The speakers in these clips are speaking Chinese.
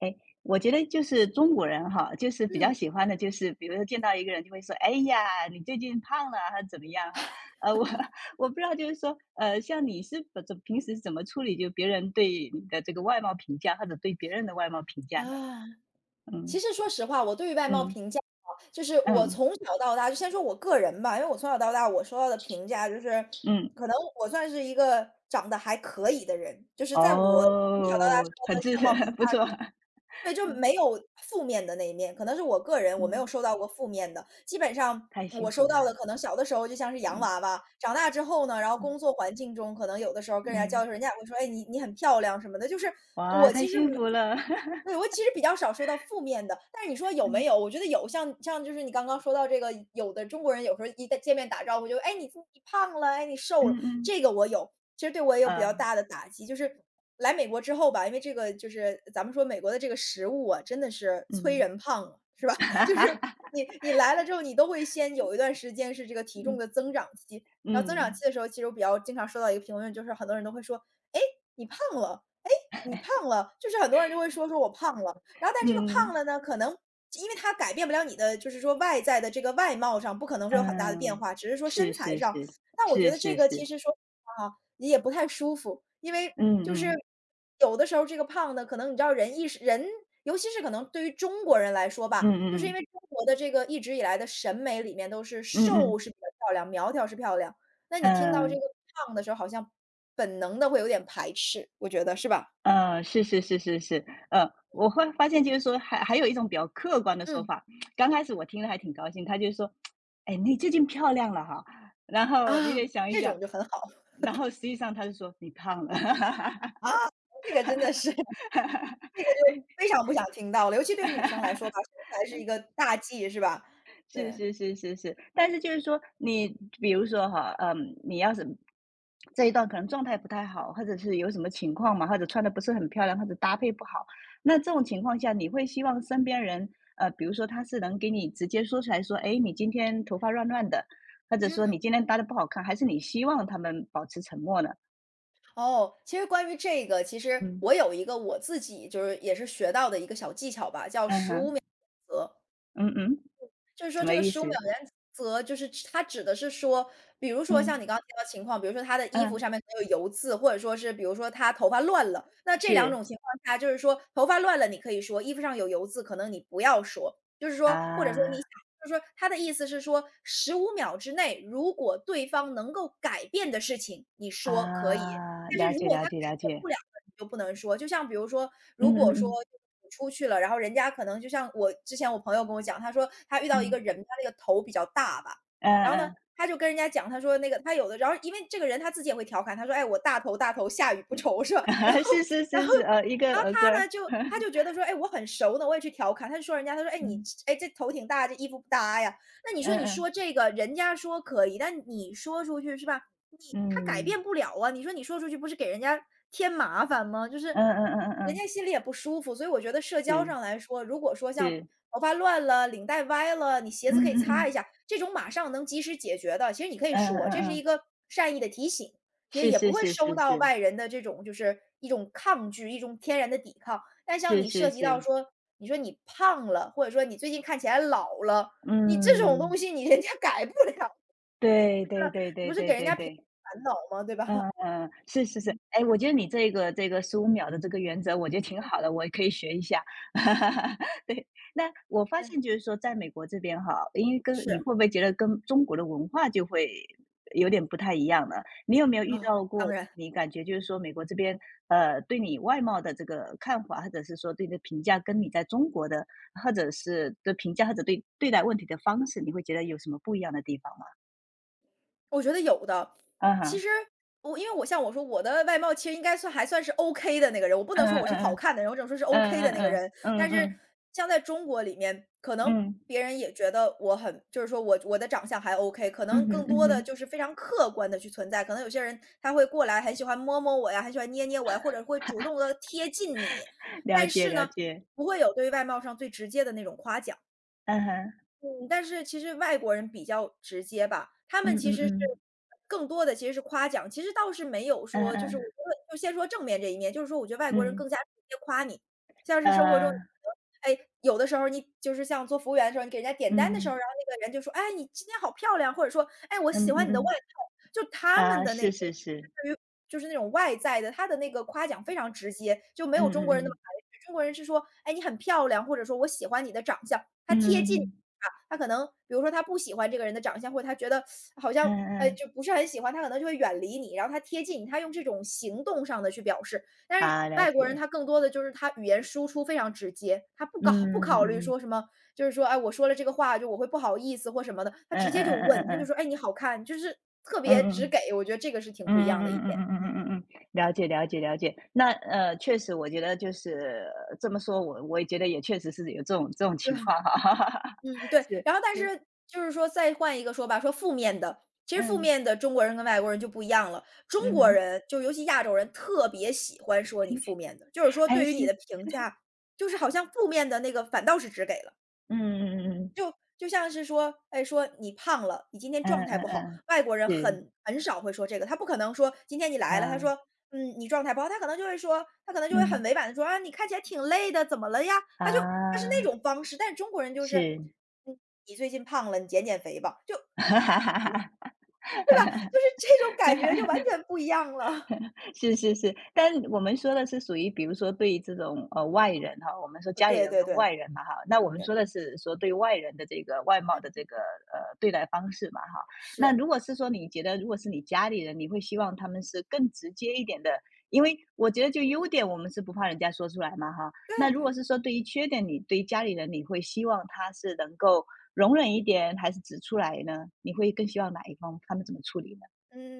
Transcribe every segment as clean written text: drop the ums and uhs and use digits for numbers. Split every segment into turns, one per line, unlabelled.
哎，我觉得就是中国人哈，就是比较
嗯。
喜欢的，就是比如说见到一个人就会说：“哎呀，你最近胖了啊，还是怎么样哈？”我 我不知道，就是说，像你是怎平时是怎么处理就别人对你的这个外貌评价，或者对别人的外貌评价呢？
啊。
嗯
其实说实话，我对于外貌
嗯
评价啊，就是我
嗯
从小到大，就先说我个人吧，因为我从小到大我收到的评价就是，
嗯，
可能我算是一个长得还可以的人，就是在我从小到大受
哦，
到
很
的
自
相貌评 价
不错。
中。对，就
嗯
没有负面的那一面，可能是我个人我没有
嗯，
收到过负面的，基本上
太幸
我
福
收
了。
到的可能小的时候就像是洋
嗯
娃娃，长大之后呢，然后
嗯
工作环境中可能有的时候跟人家交
嗯，
流时候，人家也会说：“哎，你很漂亮什么的。”就是
哇，
我
太
其实
幸
没
福了。
对，我其实比较少收到负面的，但是你说 有
嗯
没有？我觉得有，像就是你刚刚说到这个，有的中国人有时候一见面打招呼就：“哎，你胖了，哎，你
嗯
瘦了。”
嗯，
这个我有，其实对我也有比较
呃
大的打击，就是来美国之后吧，因为这个就是咱们说美国的这个食物啊，真的是催
嗯。
人胖啊，是吧？就是 你来了之后，你都会先有一段时间是这个体重
嗯
的增长期，然后增长
嗯，
期的时候，其实我比较经常收到一个评论，就是很多人都会说：“哎，你胖了，哎，你胖了。”就是很多人就会说我胖了，然后但这个胖
嗯，
了呢，可能因为它改变不了你的，就是说外在的这个外貌上不可能说有很大的变
嗯，
化，只是说
是
身材
是
上
是，
但我觉
是
得这
是是，
个其实说实话哈，你也不太舒服，因为
嗯
就是
嗯，
有的时候这个胖的，可能你知道人意识人尤其是可能对于中国人来说
嗯
吧，就是因为
嗯
中国的这个一直以来的审美里面都是
嗯嗯
瘦是比较漂亮，苗条是漂亮，那你听到这个
嗯。
胖的时候，好像本能的会有点排斥，我觉得是吧？
是是是是是，嗯，我会发现就是说还还有一种比较客观的说
嗯，
法。刚开始我听了还挺高兴，他就说：“哎，你最近漂亮了哈。”然
啊，
后你得想一
这
想。
种就很好，
然后实际上他就说：“你胖了。
啊，这个真的是，这个就非常不想听到了，尤其对女生来说吧，身材是一个大忌是吧？
是
对，
是是是是。但是就是说，你比如说哈，你要是这一段可能状态不太好，或者是有什么情况嘛，或者穿的不是很漂亮，或者搭配不好，那这种情况下，你会希望身边人，比如说他是能给你直接说出来说：“哎，你今天头发乱乱的，或者说你
嗯。
今天搭的不好看。”还是你希望他们保持沉默呢？
哦，其实关于这个，其实
嗯
我有一个我自己就是也是学到的一个小技巧吧，叫
嗯
十五秒
哼，
原则。
嗯嗯，
就是说
什么
这个
意
十五秒
思？
原则，就是指它指的是说，比如说像
嗯
你刚刚提到的情况，比如说他的衣服
嗯，
上面可能有油渍，或者说是比如说他头发乱了，那这两
是
种情况下，就是说头发乱了你可以说，衣服上有油渍可能你不要说，就是说或者说你
啊
想。就是说，他的意思是说，十五秒之内，如果对方能够改变的事情，你说可以；
啊，
但是
了
如
解
果
了
他
解了解，
不了的你就不能说。就像比如说，
嗯
如
嗯
果说
嗯。
你出去了，然后人家可能就像我之前我朋友跟我讲，他说他遇到一个
嗯，
人，他那个头比较大吧，然后呢，
嗯
他就跟人家讲，他说那个他有的，然后因为这个人他自己也会调侃，他说：“哎，我大头大头下雨不愁是吧？”
嗯，
然后，
是是
然
是
后，
是，一个
然后
儿歌
他
儿。
呢就 他就觉得说：“哎，我很熟呢，我也去调侃。”他就说人家，他说：“哎，你
嗯，
哎这头挺大，这衣服不搭呀。”那你
嗯
说你
嗯，
说这个，人家说可以，但你说出去是吧？你他改
嗯，
变不了啊，你说你说出去不是给人家添麻烦吗？就是
嗯嗯嗯嗯
人
嗯，
家心里也不舒服，所以我觉得社交
是
上来说，如果说像
是，
头发乱了、领带歪了，你鞋
嗯
子可以
嗯
擦一
嗯，
下，这种马上能及时解决的，其实你可以
嗯
说，
嗯
这是一
嗯，
个善意的提醒，也
是
也
是
不会
是
收
是
到
是，
外人的这种就是一种抗拒、一种天然的抵抗。但像
是
你
是
涉及到
是，
说，你说你胖了，或者说你最近看起来老了，你这种东
嗯，
西你人家改不了，
对对对
你
对
不是
对
给人
对
家平
对。
烦恼吗，对
嗯
吧？
嗯，是是是，
嗯。
哎，我觉得你这个15秒的这个原则，我觉得挺好的，我可以学一下。对。那我 发
对，
现就是说在美国这边哈，因为跟你
是，
会不会觉得跟中国的文化就会有点不太一样呢？你有没有遇
哦，
到
当
过
然。
你感觉就是说美国这边，对你外貌的这个看法，或者是说对你的评价，跟你在中国的或者是的评价，或者对待问题的方式，你会觉得有什么不一样的地方吗？
我觉得有的。
嗯
其
哼，
实我因为我像我说我的外貌其实应该算还算是 OK 的那个人，我不
嗯
能说我是好
嗯
看的人，我只能说是
嗯
OK 的
嗯
那个
嗯
人。
嗯嗯嗯
但是
嗯。
像在中国里面，可能
嗯，
别人也觉得我很就是说我的长相还 OK，可
嗯
能
哼，
更
嗯
多的
哼，
就是非常客观的去存在。可能有些人他会过来很喜欢摸摸我呀，很喜欢捏捏我呀，或者会主动的贴近你。
了
但
解
是
了
呢，
解，
不会有对外貌上最直接的那种夸奖。
嗯哼，
嗯，但是其实外国人比较直接吧，他
嗯
们其
嗯
实是
嗯，
更多的其实是夸奖，其实倒是没有
嗯
说就是
嗯
我觉得就先说正面这一面，就是说我觉得外国人
嗯，
更加直接夸你，像是生活
呃，
中你可能哎，有的时候你就是像做服务员的时候，你给人家点单的时
嗯，
候，然后那个人就说：“哎，你今天好漂亮。”或者说：“哎，我
嗯
喜
嗯
欢你的外
嗯，
套。”就他们
啊，
的那
是是
种，
是，
对于。就是那种外在的，他的那个夸奖非常直接，就没有
嗯
中
嗯
国人那么
嗯，
含蓄。中国人是说，哎，你很漂亮，或者说我喜欢你的长相，他
嗯嗯
贴近你
嗯
啊。他可能比如说他不喜欢这个人的长相，或者他觉得好像
嗯，嗯
就不是很喜欢，他可能就会远离你，然后他贴近你，他用这种行动上的去表示。但是
啊，了
外国人
解，
他更多的就是他语言输出非常直接，他不
嗯
搞不考虑
嗯
说什
嗯
么，就是说哎我说了这个话就我会不好意思或什么的，他
嗯
直
嗯
接就
嗯嗯
问，他就
嗯
说哎你好看，就是特
嗯
别直
嗯
给，我觉得这个是挺不一
嗯
样的
嗯
一
嗯嗯
点。
嗯嗯嗯嗯
嗯，
嗯嗯，了解了解了解。那确实我觉得就是这么说，我也觉得也确实是有这种
对，
情况哈。
嗯，对。
是，
然后但
对，
是就是说再换一个说吧，说负面的，其实负
嗯
面的中国人跟外国人就不一样了。中
嗯
国
哼。
人就尤其亚洲人特别喜欢说你负面的，就是 说
哎，
对于你
是
的评价，就是好像负面的那个反倒是只给了。
嗯嗯
就就像是说，哎，说你胖了，你今天
嗯
状态
嗯，嗯
不好，
嗯
外国人
嗯，是，
很少会说这个，他不可能说今天你来了，他
啊，
说，嗯，你状态不好，他可能就会说，他可能就会
嗯，
很委婉的说啊，你看起来挺累的，怎么了呀？他就他是
啊，
那种方式，但是中国人就是，
是。
嗯，你最近胖了，你减肥吧，就就 是这种感觉就完全不一样了。
是是是。但我们说的是属于，比如说对于这种外人哈，我们说 家里
对
人
对
跟
对
外人嘛哈。那我们说
对，
的是说对外人的这个外貌的
嗯，
这个对待方式嘛哈。那
是，
如果是说你觉得如果是你家里人，你会希望他们是更直接一点的，因为我觉得就优点我们是不怕人家说出来嘛哈。那如
对
果
啊
是说对于缺点，你对于家里人你会希望他是能够容忍一点，还是指出来呢？你会更希望哪一方他们怎么处理呢？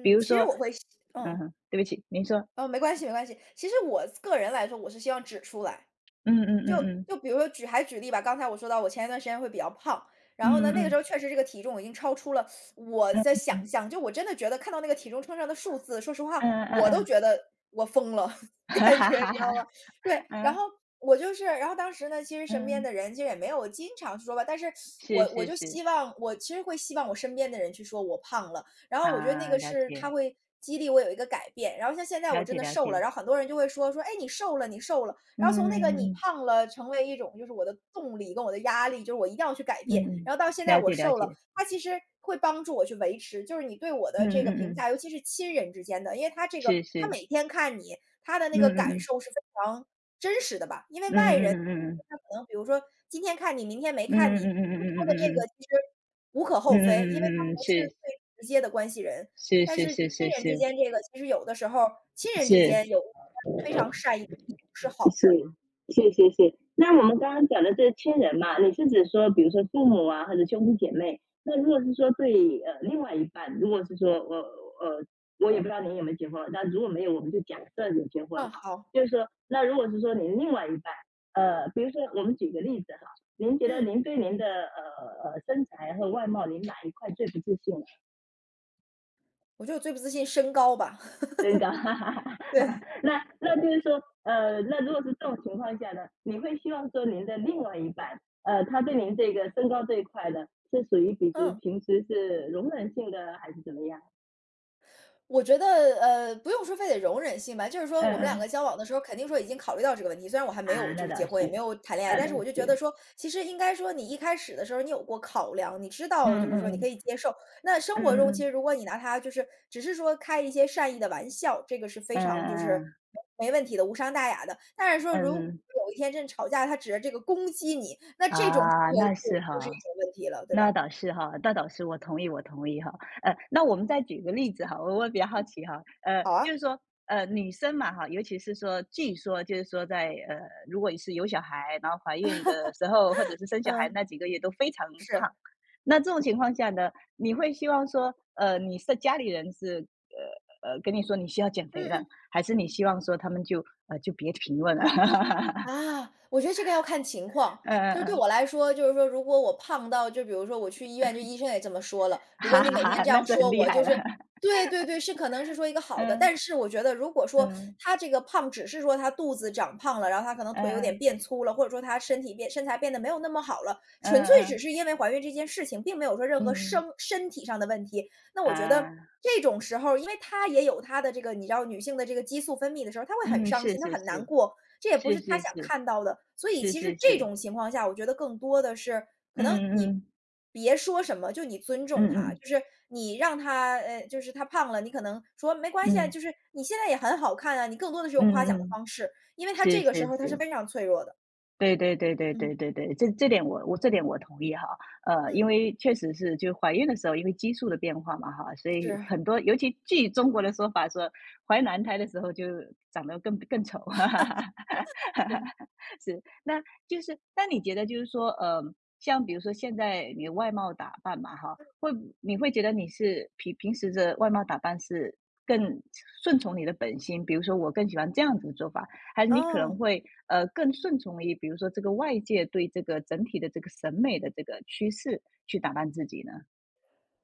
比如
其实
说，
我会希，嗯，
嗯，对不起，您说。
哦，没关系没关系，其实我个人来说，我是希望指出来。
嗯嗯嗯嗯，
就比如说举还举例吧，刚才我说到我前一段时间会比较胖，然后
嗯
呢，
嗯
那个时
嗯，
候确实这个体重已经超出了我的
嗯
想象，就我真的觉得看到那个体重秤上的数字，说实话，
嗯嗯
我都
嗯
觉得我疯了，
哈
感
哈
觉你知
哈哈，
道吗？对，然后
嗯
当时呢，其实身边
嗯，
的人其实也没有经常说吧，但是
是
我
是
就
是，
希望我其实会希望我身边的人去说我胖了，然后我觉得那
啊，
个
了
是他
解，
会激励我有一个改变，然后像现在
了
我真
解
的
了
瘦了，
解，
然后很多人就会说，哎，你瘦了，你瘦了。
嗯
然后从那个
嗯
你
嗯
胖了成为一种就是我的动力跟我的压力，就是我一定要去改
嗯
变，
嗯，
然后到现在
了
我
解了
瘦了，
解，
它其实会帮助我去维持，就是你对我
嗯
的这
嗯
个
嗯
评
嗯，
价，尤其是亲人之间的，因为他这个
是
他
是，
每天看你，他的
嗯
那个感
嗯
受是非常真实的吧，因为
嗯
外人
嗯嗯嗯
他可能比如说今天看你，明天没
嗯
看
嗯
你，
嗯嗯嗯嗯
他说
嗯嗯
的这
嗯嗯嗯
个其实无可厚非，因为他
嗯嗯，
不是
是
最直接的关系人，
是
但
是
是
是是
亲人之
是
间这个其实有的时候，亲人之
是，
间有一些非常善意的一种是好
是，
事儿。
是，谢谢谢。那我们刚刚讲的这亲人嘛，你是指说，比如说父母啊，或者兄弟姐妹？那如果是说对另外一半，如果是说我也不知道您有没有结婚，但如果没有，我们就假设有结婚哈。
嗯，好，
就是说，那如果是说您另外一半，比如说我们举个例子哈，您觉得
嗯，
您对您的身材和外貌，您哪一块最不自信？
我觉得我最不自信身高吧，
增高，哈哈哈哈。
对，
那就是说，那如果是这种情况下呢，你会希望说您的另外一半，他对您这个身高这一块呢，是属于比如
嗯，
平时是容忍性的，还是怎么样？
我觉得不用说非得容忍性吧，就是说
嗯
我们两
嗯，
个交往的时候，肯定说已经考虑到这个问题，虽然我还没有
啊，
就
那
是结
倒
婚，也没
是，
有谈恋爱，
那
但
倒
是我就觉得
是，
说，其实应该说你一开始的时候，你有过考量，你知道就
嗯
是说你可
嗯
以接受。那生
嗯
活
嗯嗯
中其实
嗯
如果你拿它就是只是说开一些善意的玩笑，这个是非
嗯
常就
嗯
是
嗯。
没问题的，无伤大雅的。但是说如果
嗯
有一天真吵架，他指着这个攻击你，那这种时
啊，
候
那是
就是
哈，
一种问题了，对吧？
那倒是哈，那倒是，我同意，我同意哈。那我们再举个例子哈，我比较好
嗯，
奇哈，
好啊，
就是说，女生嘛哈，尤其是说，据说就是说在，如果你是有小孩，然后怀孕的时候，或者是生小孩
嗯，
那几个月都非常胖，
是，
那这种情况下呢，你会希望说，你是家里人是，跟你说你需要减肥
嗯
了，
嗯。
还是你希望说他们就就别评论了？
啊，我觉得这个要看情况。
嗯嗯
就对
嗯，
我来说，就是说，如果我胖到，就比如说我去医院，就医生也这么说了，如果
哈
你
哈
每天
哈，
这
那
样
是很
说
厉
我，
害
就
了。
是对对对，是可能是说一个 好的。
嗯
但是我觉得，如果说
嗯
他这个胖只是说他肚子长胖了，然后他可能
嗯
腿有点
嗯
变粗了，或者说他身体变身材变得没有那么好了，
嗯
纯粹
嗯，
只是因为怀孕这件事情，并没有说任何
嗯，
生身体上的问题，那我觉得。
啊，
这种时候，因为她也有她的这个，你知道，女性的这个激素分泌的时候，她会很
嗯，
伤
是
心，她
是
很难
是，
过，这也不
是
是他
是
想
是，
看到的。所以
是
其实
是
这
是，
种情况下，我觉得更多的是可
嗯
能你
嗯，
别说什么，就你尊重
嗯
他，
嗯，
就是你让他就是他胖了，你可能说没关系啊，
嗯，
就是你现在也很好看啊，你更多的是
嗯
用夸奖的
嗯，
方式，因为他
是
这个时
是
候他是
是。
非常脆弱的。
对对对对对
嗯
对对，这点我这点我同意哈。因
嗯，
为确实是就怀孕的时候，因为激素的变化嘛哈，所以
是，
很多，尤其据中国的说法说，怀男胎的时候就长得更丑。哈哈哈哈哈，
对。
是。那就是那你觉得就是说，像比如说现在你的外貌打扮嘛哈，你会觉得你是平时的外貌打扮是更顺从你的本心，比如说我更喜欢这样子的做法，还是你可能
哦。
会更顺从于，比如说这个外界对这个整体的这个审美的这个趋势去打扮自己呢？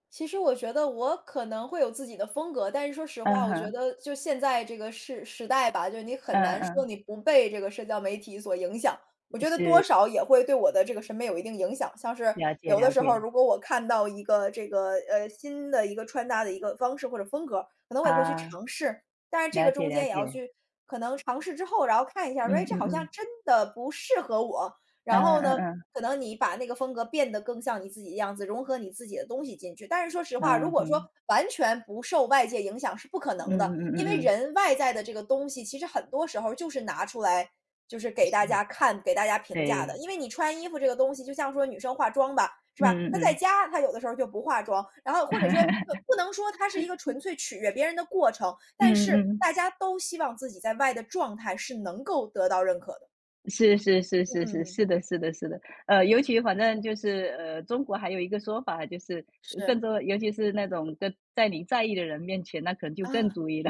其实我觉得我可能会有自己的风格，但是说实
嗯
话，我觉
哼，
得就现在这个时代吧，就你
嗯
很难说
嗯，
你不被这个社交媒体所影响。我觉得多
是
少也会对我的这个审美有一定影响。像是
了解
有的
了
时候，
解
如果我看到一个这个新的一个穿搭的一个方式或者风格，可能我也会去
啊，
尝试。但是这
了
个
解
中
了
间也要
解，
去可能尝试之后，然后看一下，说
嗯
哎，这
嗯
好像
嗯
真的不适合我，
嗯
然后呢，
嗯
可能你把那个风格变得更像你自己的样子，融合你自己的东西进去。但是说实话，
嗯
如
嗯
果说
哼，
完全不受外界影响是不可
嗯
能的，
嗯嗯
因为
嗯嗯，
人外在的这个东西，其实很多时候就是拿出来，就是给
是，
大家看、给大家评价的。
对，
因为你穿衣服这个东西，就像说女生化妆吧，是
嗯
吧？
嗯
她在
嗯
家，她有的时候就不化妆，然后或者说不能说它是一个纯粹取悦别人的过程，但
嗯
是
嗯。
大家都希望自己在外的状态是能够得到认可的。
是是是
嗯
是
嗯
是，
嗯，
是的是的是的。尤其反正就是，中国还有一个说法，就是更
是
多尤其是那种跟在你在意的人面前，那可能就更
啊。
注意了。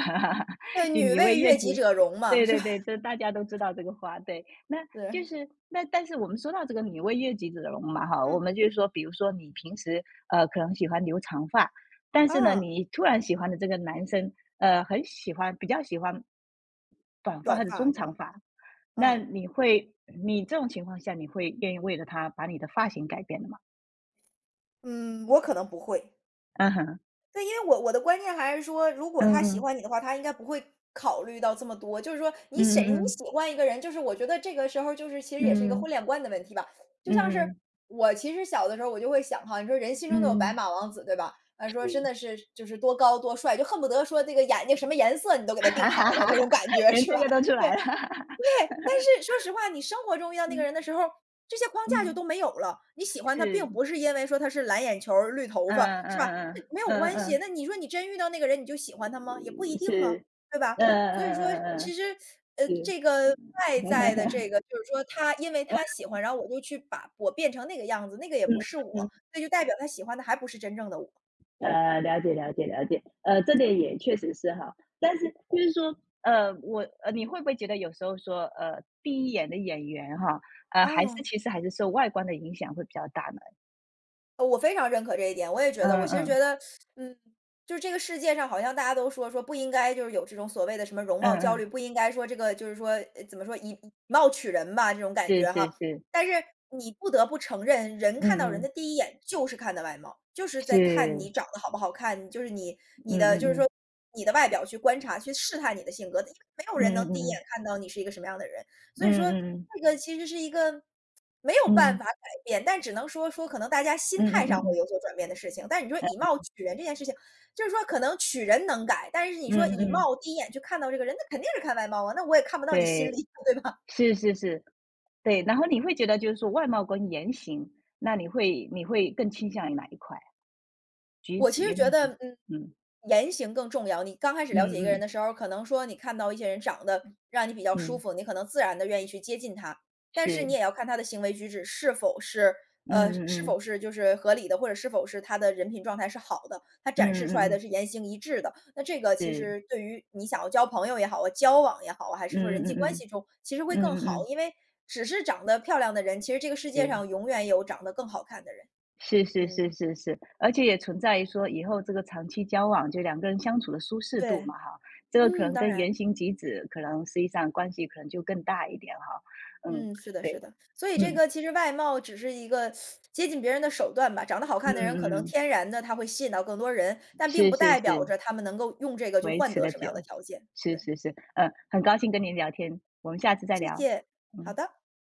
对，
就
女
你为
为
越
悦己
举，
者容嘛，
对
是
对
吧？
对，这 大家都知道这个话，对。那
对。
但是我们说到这个“你为悦己者容”嘛哈，我
嗯，
们就是说，比如说你平时，可能喜欢留长发，但是呢，
啊，
你突然喜欢的这个男生，很喜欢比较喜欢短发还
短
是
发
中
是
长
吧？
发。那
嗯，
你这种情况下，你会愿意为了他把你的发型改变的吗？
嗯，我可能不会。
嗯哼，
对，因为我的观念还是说，如果他喜
嗯
欢你的话，他应该不会考虑到这么多。就是说你
嗯，
谁你
嗯
喜欢一个人，就是我觉得这个时候就是其实
嗯
也是一个婚
嗯
恋观的问题吧。就
嗯
像是
嗯嗯
我其实小的时候我就会想哈，你说人心中都有白
嗯。
马王子，对吧？啊，说真的是就是多高多帅，就恨不得说这个眼睛什么颜色你都 给他
哈哈
定
哈
好了那
哈。
种感 觉，
连
是
这
吧？
个都出
对，
来了。
对,但是说实话，你生活 中遇到那个
嗯
人的时候，这些框架就
嗯，
都没有了。你喜欢他，并
是，
不是因为说他是蓝眼球儿绿头
嗯
发，是
嗯
吧？这
嗯
没有
嗯
关系。
嗯
那你说你真遇到那个人，你就喜欢他吗？也不一
嗯，
定啊，
是，
对吧？
嗯嗯
所
嗯
以说，
嗯嗯嗯，
其实，
是，
这个外在的这个，就是说他因为他喜欢，然后我就去把我变成那个样子，那个也
嗯
不是我，
嗯，
那就代表他喜欢的还不是真正的我
了解了解了解。这点也确实是哈，但是就是说，你会不会觉得有时候说，第一眼的演员哈，还是
啊。
其实还是受外观的影响会比较大呢？
我非常认可这一点，我也觉
嗯
得，我其实觉
嗯
得，嗯，就是这个世界上好像大家都说不应该就是有这种所谓的什么容
嗯
貌焦
嗯，
虑，不应该说这个就是说怎么说以貌取人吧这种感
是
觉
是
哈。
是，
但是你不得不承认，人
嗯
看到人的
嗯
第一眼就是看的外貌，就是在
是，
看你长得好不好看，就是你
嗯
的
嗯
就是说
嗯
你的外表去观察去试探你的性格，因为没有
嗯
人能第一眼
嗯
看到你是一个什么样的人。所以
嗯
说
嗯
这个其实是一个没有办
嗯
法改变，但只能说可能大家心
嗯嗯
态
嗯嗯
上
嗯
会有所转变的事情。但你说以貌取人这件事情，就是说可能取人能改，但是你
嗯
说以
嗯嗯
貌第一眼去看到这个人，那肯定是看外貌啊，那我也看不到你
对，
心里，对吧？
是是是，对。然后你会觉得就是说外貌跟言行，那你会更倾向于哪一块？橘
我
子，
其实
盐
觉
田橘
得，
子，
嗯，
嗯，
言行更重要。你刚开始
嗯
了解一个人
嗯
的时候，可能说你看到一些人长得让你比较舒
嗯，
服，你可能自然的愿意去接近他。但是你
是，
也要看他的行为举止是否是
嗯
是
嗯嗯，
否是就是合理的，或者是否是他的人品状态是好的，他
嗯
展示出
嗯
来的
嗯，
是言行一致的。那这个其
是，
实对于你想要交朋友也好啊，交往也好啊，还是说
嗯
人际
嗯
关
嗯
系中，其实会
嗯，
更
嗯
好。
嗯
因为只是长得漂亮的人，其实这个世界
嗯，
上永远有长得更好看的人。
是，是是是
嗯，
是是。而且也存在于说以后这个长期交往，就两个人相处的舒适度
对，
嘛哈，这个可
嗯，
能
当
跟原
然。
型举止可能实际上关系可能就更大一点哈。嗯，
嗯，是的，是
对，
的。所以这
嗯
个其实外貌只是一个接近别人的手段吧。长得好
嗯
看的人，可
嗯
能
嗯，
天然的他会吸引到更多人，但并
是
不
是
代表
是，
着他们能够用这个去
维
换
持
得
的
什么样的
久，
条件。
是
对，
是是，嗯，很高兴跟您聊天，我们下次再
谢
聊，
谢，好
嗯。
的。